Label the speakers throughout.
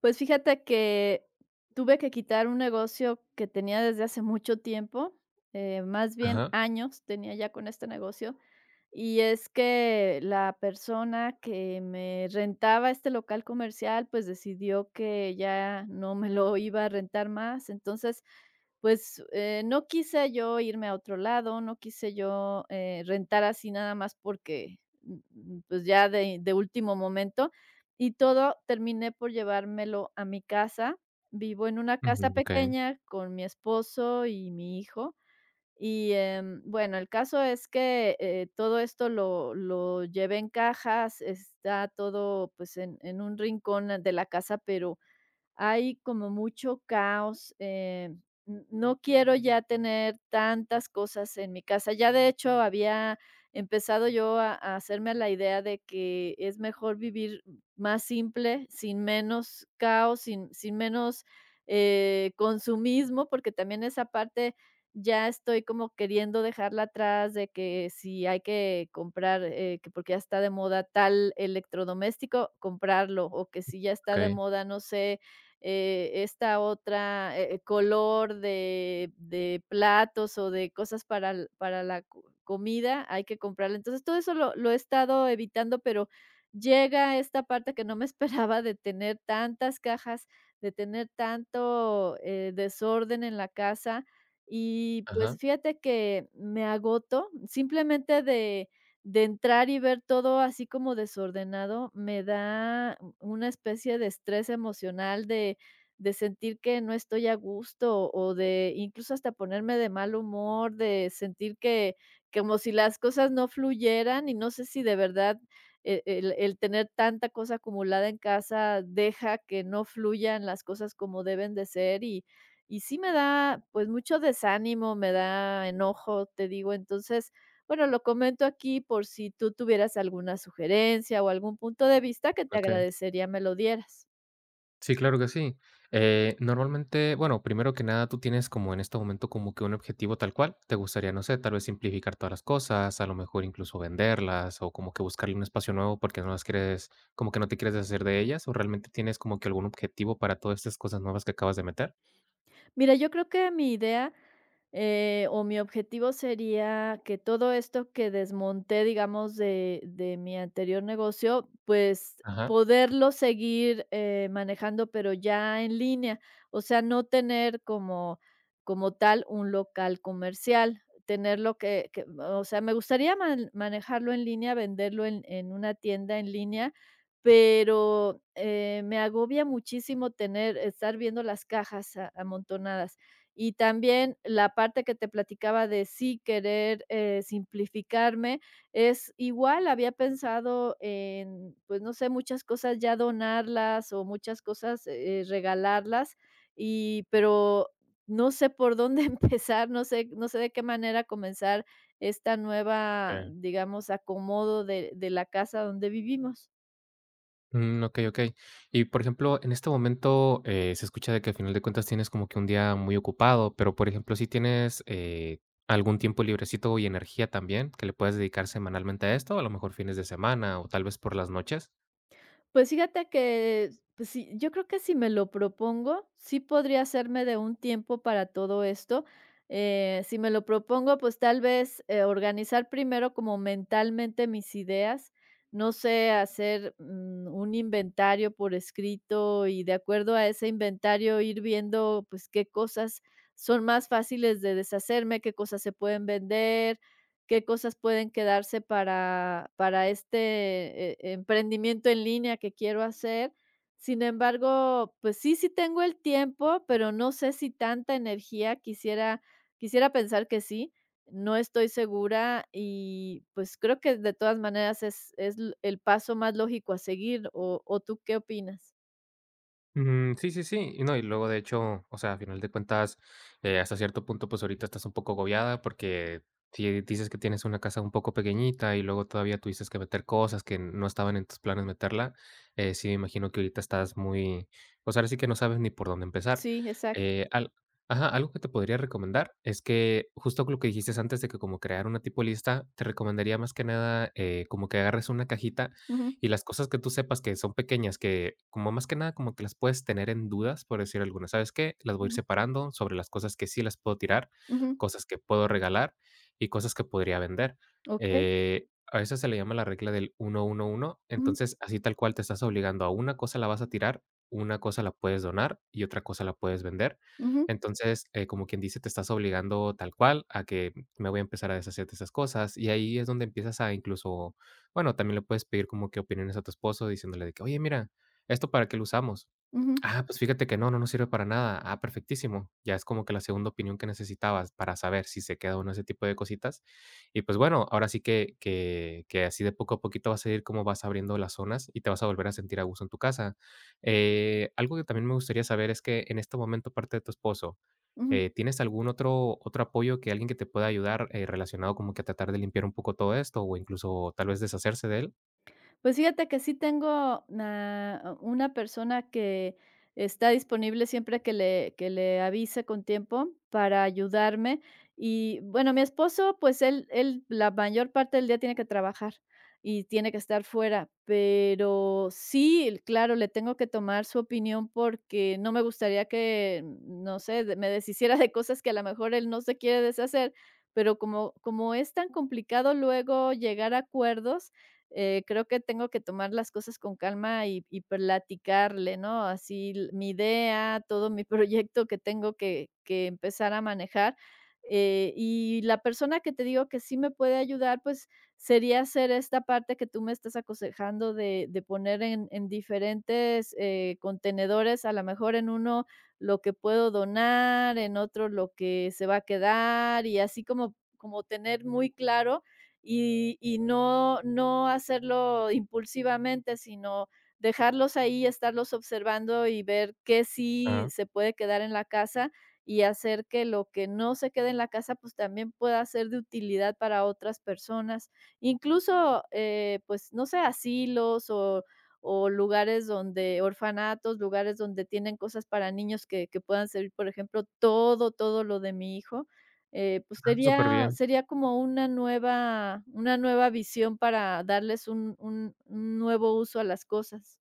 Speaker 1: Pues fíjate que tuve que quitar un negocio que tenía desde hace mucho tiempo, más bien
Speaker 2: Ajá,
Speaker 1: años tenía ya con este negocio, y es que la persona que me rentaba este local comercial, pues decidió que ya no me lo iba a rentar más. Entonces, pues no quise yo irme a otro lado, no quise yo rentar así nada más porque, mm, pues ya de último momento. Y todo terminé por llevármelo a mi casa. Vivo en una casa
Speaker 2: ujú, okey,
Speaker 1: pequeña con mi esposo y mi hijo. Y, bueno, el caso es que, todo esto lo llevé en cajas. Está todo, pues, en un rincón de la casa, pero hay como mucho caos. No quiero ya tener tantas cosas en mi casa. Ya de hecho había empezado yo a hacerme a la idea de que es mejor vivir más simple, sin menos caos, sin menos consumismo, porque también esa parte ya estoy como queriendo dejarla atrás de que si hay que comprar, que porque ya está de moda tal electrodoméstico, comprarlo, o que si ya está de
Speaker 2: okey,
Speaker 1: moda, no sé, esta otra, color de platos o de cosas para l para la co comida, hay que comprarla. Entonces, todo eso lo he estado evitando, pero llega esta parte que no me esperaba de tener tantas cajas, de tener tanto, desorden en la casa. Y,
Speaker 2: ajá,
Speaker 1: pues, fíjate que me agoto, simplemente de entrar y ver todo así como desordenado. Me da una especie de estrés emocional de sentir que no estoy a gusto, o de incluso hasta ponerme de mal humor, de sentir que como si las cosas no fluyeran, y no sé si de verdad el tener tanta cosa acumulada en casa deja que no fluyan las cosas como deben de ser. Y sí me da pues mucho desánimo, me da enojo, te digo. Entonces, bueno, lo comento aquí por si tú tuvieras alguna sugerencia o algún punto de vista que te
Speaker 2: okey.
Speaker 1: agradecería me lo dieras.
Speaker 2: Sí, claro que sí. Normalmente, bueno, primero que nada, tú tienes como en este momento como que un objetivo tal cual. Te gustaría, no sé, tal vez simplificar todas las cosas, a lo mejor incluso venderlas o como que buscarle un espacio nuevo porque no las quieres, como que no te quieres deshacer de ellas, o realmente tienes como que algún objetivo para todas estas cosas nuevas que acabas de meter.
Speaker 1: Mira, yo creo que mi idea, o mi objetivo sería que todo esto que desmonté, digamos, de mi anterior negocio, pues
Speaker 2: Ajá,
Speaker 1: poderlo seguir, manejando, pero ya en línea. O sea, no tener como tal un local comercial, tenerlo que, o sea, me gustaría manejarlo en línea, venderlo en una tienda en línea, pero, me agobia muchísimo tener estar viendo las cajas a amontonadas. Y también la parte que te platicaba de sí querer, simplificarme. Es igual, había pensado en, pues, no sé, muchas cosas ya donarlas o muchas cosas, regalarlas, y pero no sé por dónde empezar, no sé, de qué manera comenzar esta nueva,
Speaker 2: okey.
Speaker 1: digamos, acomodo de la casa donde vivimos.
Speaker 2: Mm, okey, okey. Y, por ejemplo, en este momento, se escucha de que al final de cuentas tienes como que un día muy ocupado, pero, por ejemplo, si tienes, algún tiempo librecito y energía también, que le puedes dedicar semanalmente a esto, a lo mejor fines de semana o tal vez por las noches.
Speaker 1: Pues fíjate que, pues sí, yo creo que si me lo propongo, sí podría hacerme de un tiempo para todo esto. Si me lo propongo, pues tal vez organizar primero como mentalmente mis ideas. No sé, hacer un inventario por escrito, y de acuerdo a ese inventario ir viendo pues qué cosas son más fáciles de deshacerme, qué cosas se pueden vender, qué cosas pueden quedarse para este, emprendimiento en línea que quiero hacer. Sin embargo, pues sí, sí tengo el tiempo, pero no sé si tanta energía. Quisiera, pensar que sí, no estoy segura y, pues, creo que de todas maneras es l el paso más lógico a seguir, ¿o tú qué opinas?
Speaker 2: Mm, sí, sí, sí. Y no, y luego de hecho, o sea, a final de cuentas, hasta cierto punto, pues ahorita estás un poco agobiada porque si dices que tienes una casa un poco pequeñita y luego todavía tuviste que meter cosas que no estaban en tus planes meterla, sí me imagino que ahorita estás muy, pues ahora sí que no sabes ni por dónde empezar.
Speaker 1: Sí, exacto.
Speaker 2: Eh, al- ajá, algo que te podría recomendar es que justo lo que dijiste antes de que como crear una tipo lista, te recomendaría más que nada como que agarres una cajita
Speaker 1: Ujú,
Speaker 2: y las cosas que tú sepas que son pequeñas, que como más que nada como que las puedes tener en dudas, por decir alguna, ¿sabes qué? Las voy a ir
Speaker 1: ujú,
Speaker 2: separando sobre las cosas que sí las puedo tirar,
Speaker 1: ujú.
Speaker 2: cosas que puedo regalar y cosas que podría vender.
Speaker 1: Okey.
Speaker 2: A eso se le llama la regla del uno uno uno.
Speaker 1: Ujú,
Speaker 2: Entonces, así tal cual te estás obligando a una cosa la vas a tirar, una cosa la puedes donar y otra cosa la puedes vender.
Speaker 1: ujú,
Speaker 2: Entonces, como quien dice, te estás obligando tal cual a que me voy a empezar a deshacer de esas cosas y ahí es donde empiezas a incluso bueno, también le puedes pedir como que opiniones a tu esposo diciéndole de que: "Oye, mira, ¿esto para qué lo usamos?".
Speaker 1: ujú,
Speaker 2: Ah, pues fíjate que no, no nos sirve para nada. Ah, perfectísimo. Ya es como que la segunda opinión que necesitabas para saber si se queda o no ese tipo de cositas. Y pues bueno, ahora sí que así de poco a poquito vas a ir como vas abriendo las zonas y te vas a volver a sentir a gusto en tu casa. Algo que también me gustaría saber es que en este momento, parte de tu esposo,
Speaker 1: ujú.
Speaker 2: ¿tienes algún otro apoyo que alguien que te pueda ayudar relacionado como que a tratar de limpiar un poco todo esto o incluso tal vez deshacerse de él?
Speaker 1: Pues fíjate que sí tengo na una persona que está disponible siempre que le avise con tiempo para ayudarme. Y bueno, mi esposo, pues él la mayor parte del día tiene que trabajar y tiene que estar fuera, pero sí, claro, le tengo que tomar su opinión porque no me gustaría que, no sé, de me deshiciera de cosas que a lo mejor él no se quiere deshacer. Pero como es tan complicado luego llegar a acuerdos, creo que tengo que tomar las cosas con calma y platicarle, ¿no? Así l mi idea, todo mi proyecto que tengo que empezar a manejar, y la persona que te digo que sí me puede ayudar, pues, sería hacer esta parte que tú me estás aconsejando de poner en diferentes, contenedores, a lo mejor en uno lo que puedo donar, en otro lo que se va a quedar, y así como tener muy claro y no hacerlo impulsivamente, sino dejarlos ahí, estarlos observando y ver qué sí
Speaker 2: Ajá.
Speaker 1: se puede quedar en la casa, y hacer que lo que no se quede en la casa, pues, también pueda ser de utilidad para otras personas. Incluso, pues, no sé, asilos o lugares donde orfanatos, lugares donde tienen cosas para niños que puedan servir, por ejemplo, todo, lo de mi hijo, pues
Speaker 2: Ah, súper
Speaker 1: sería
Speaker 2: bien.
Speaker 1: sería como una nueva, visión para darles un nuevo uso a las cosas.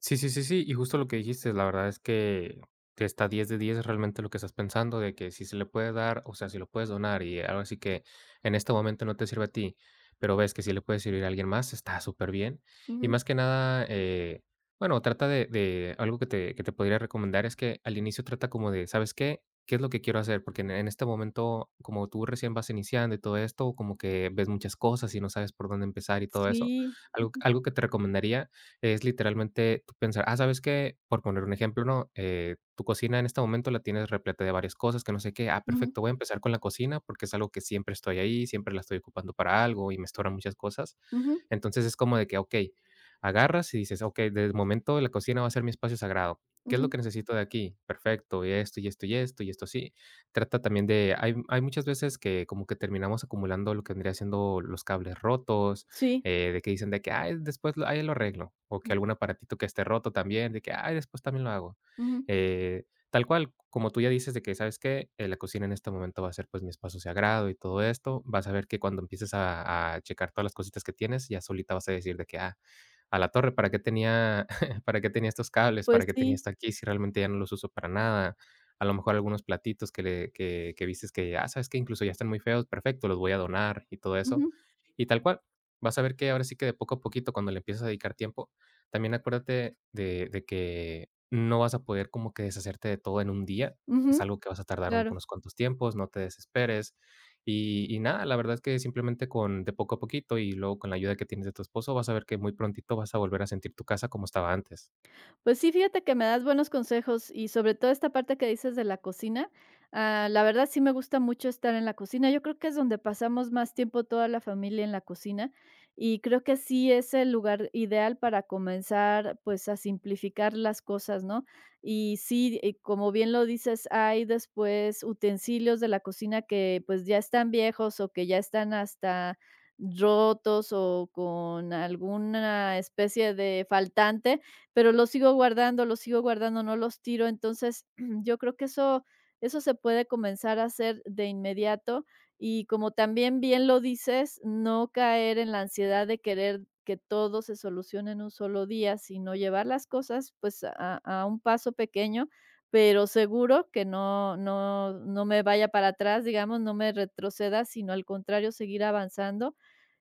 Speaker 2: Sí, sí, sí, sí, y justo lo que dijiste, la verdad es que está 10 de 10 realmente lo que estás pensando, de que si se le puede dar, o sea, si lo puedes donar y ahora sí que en este momento no te sirve a ti, pero ves que si le puede servir a alguien más, está súper bien. Y
Speaker 1: Ujú.
Speaker 2: más que nada, bueno, trata de algo que te podría recomendar es que al inicio trata como de, ¿sabes qué? ¿Qué es lo que quiero hacer? Porque en este momento, como tú recién vas iniciando y todo esto, como que ves muchas cosas y no sabes por dónde empezar y todo eso.
Speaker 1: Sí.
Speaker 2: Algo que te recomendaría es literalmente tú pensar, ah, ¿sabes qué? Por poner un ejemplo, ¿no? Tu cocina en este momento la tienes repleta de varias cosas, que no sé qué. Ah,
Speaker 1: Ujú,
Speaker 2: perfecto, voy a empezar con la cocina porque es algo que siempre estoy ahí, siempre la estoy ocupando para algo y me estoran muchas cosas.
Speaker 1: ujú,
Speaker 2: Entonces es como de que, ok, agarras y dices, ok, de momento la cocina va a ser mi espacio sagrado. ¿Qué es
Speaker 1: ujú.
Speaker 2: lo que necesito de aquí? Perfecto, y esto, y esto, y esto, y esto sí. Trata también hay muchas veces que como que terminamos acumulando lo que vendría siendo los cables rotos,
Speaker 1: Sí.
Speaker 2: de que dicen de que, ay, después ahí lo arreglo, o que
Speaker 1: Mm,
Speaker 2: algún aparatito que esté roto también, de que, ay, después también lo hago.
Speaker 1: ujú.
Speaker 2: Tal cual, como tú ya dices de que, ¿sabes qué? La cocina en este momento va a ser pues mi espacio sagrado y todo esto, vas a ver que cuando empieces a checar todas las cositas que tienes, ya solita vas a decir de que, ah, a la torre, ¿para qué tenía, para qué tenía estos cables?
Speaker 1: Pues
Speaker 2: ¿Para qué tenía
Speaker 1: sí.
Speaker 2: esto aquí? Si realmente ya no los uso para nada. A lo mejor algunos platitos que vistes que, ah, sabes que incluso ya están muy feos, perfecto, los voy a donar y todo eso.
Speaker 1: Ujú,
Speaker 2: Y tal cual, vas a ver que ahora sí que de poco a poquito, cuando le empiezas a dedicar tiempo, también acuérdate de que no vas a poder como que deshacerte de todo en un día. Es
Speaker 1: ujú.
Speaker 2: algo que vas a tardar
Speaker 1: Claro.
Speaker 2: unos cuantos tiempos, no te desesperes. Y, nada, la verdad es que simplemente con de poco a poquito y luego con la ayuda que tienes de tu esposo, vas a ver que muy prontito vas a volver a sentir tu casa como estaba antes.
Speaker 1: Pues sí, fíjate que me das buenos consejos, y sobre todo esta parte que dices de la cocina. Ah, la verdad sí me gusta mucho estar en la cocina. Yo creo que es donde pasamos más tiempo toda la familia en la cocina, y creo que sí es el lugar ideal para comenzar pues a simplificar las cosas, ¿no? Y sí, como bien lo dices, hay después utensilios de la cocina que pues ya están viejos o que ya están hasta rotos o con alguna especie de faltante, pero los sigo guardando, no los tiro. Entonces, yo creo que eso se puede comenzar a hacer de inmediato. Y como también bien lo dices, no caer en la ansiedad de querer que todo se solucione en un solo día, sino llevar las cosas pues a un paso pequeño, pero seguro que no, no, no me vaya para atrás, digamos, no me retroceda, sino al contrario, seguir avanzando.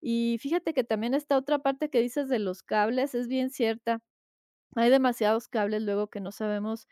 Speaker 1: Y fíjate que también esta otra parte que dices de los cables es bien cierta. Hay demasiados cables luego que no sabemos,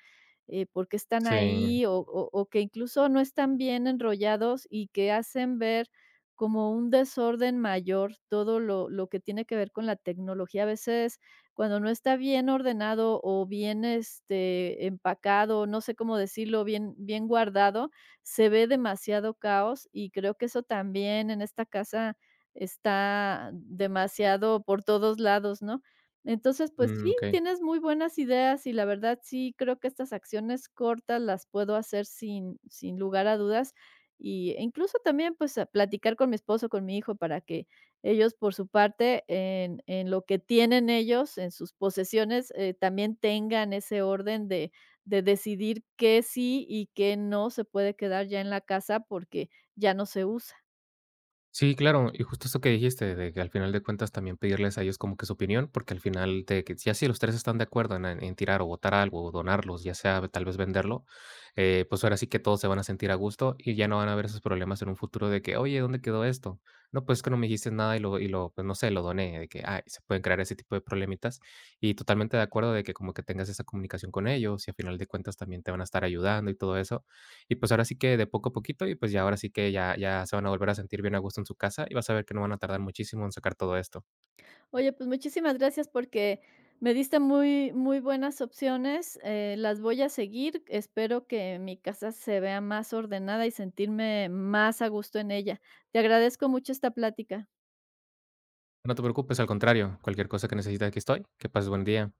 Speaker 1: por qué están
Speaker 2: Sí,
Speaker 1: ahí, o o que incluso no están bien enrollados y que hacen ver como un desorden mayor todo lo que tiene que ver con la tecnología. A veces, cuando no está bien ordenado o bien, este, empacado, no sé cómo decirlo, bien bien guardado, se ve demasiado caos. Y creo que eso también en esta casa está demasiado por todos lados, ¿no? Entonces, pues
Speaker 2: mm,
Speaker 1: sí,
Speaker 2: ok.
Speaker 1: tienes muy buenas ideas, y la verdad sí creo que estas acciones cortas las puedo hacer sin lugar a dudas, e incluso también, pues, a platicar con mi esposo, con mi hijo, para que ellos, por su parte, en lo que tienen ellos, en sus posesiones, también tengan ese orden de decidir qué sí y qué no se puede quedar ya en la casa porque ya no se usa.
Speaker 2: Sí, claro, y justo eso que dijiste, de que al final de cuentas también pedirles a ellos como que su opinión, porque al final de que ya si los 3 están de acuerdo en tirar o botar algo o donarlos, ya sea tal vez venderlo, pues ahora sí que todos se van a sentir a gusto y ya no van a haber esos problemas en un futuro de que: "Oye, ¿dónde quedó esto?". "No, pues es que no me dijiste nada y lo, pues no sé, lo doné", de que, ay, se pueden crear ese tipo de problemitas. Y totalmente de acuerdo de que como que tengas esa comunicación con ellos y al final de cuentas también te van a estar ayudando y todo eso. Y pues ahora sí que de poco a poquito y pues ya ahora sí que ya se van a volver a sentir bien a gusto en su casa y vas a ver que no van a tardar muchísimo en sacar todo esto.
Speaker 1: Oye, pues muchísimas gracias porque me diste muy, muy buenas opciones. Las voy a seguir. Espero que mi casa se vea más ordenada y sentirme más a gusto en ella. Te agradezco mucho esta plática.
Speaker 2: No te preocupes, al contrario, cualquier cosa que necesites, aquí estoy. Que pases buen día.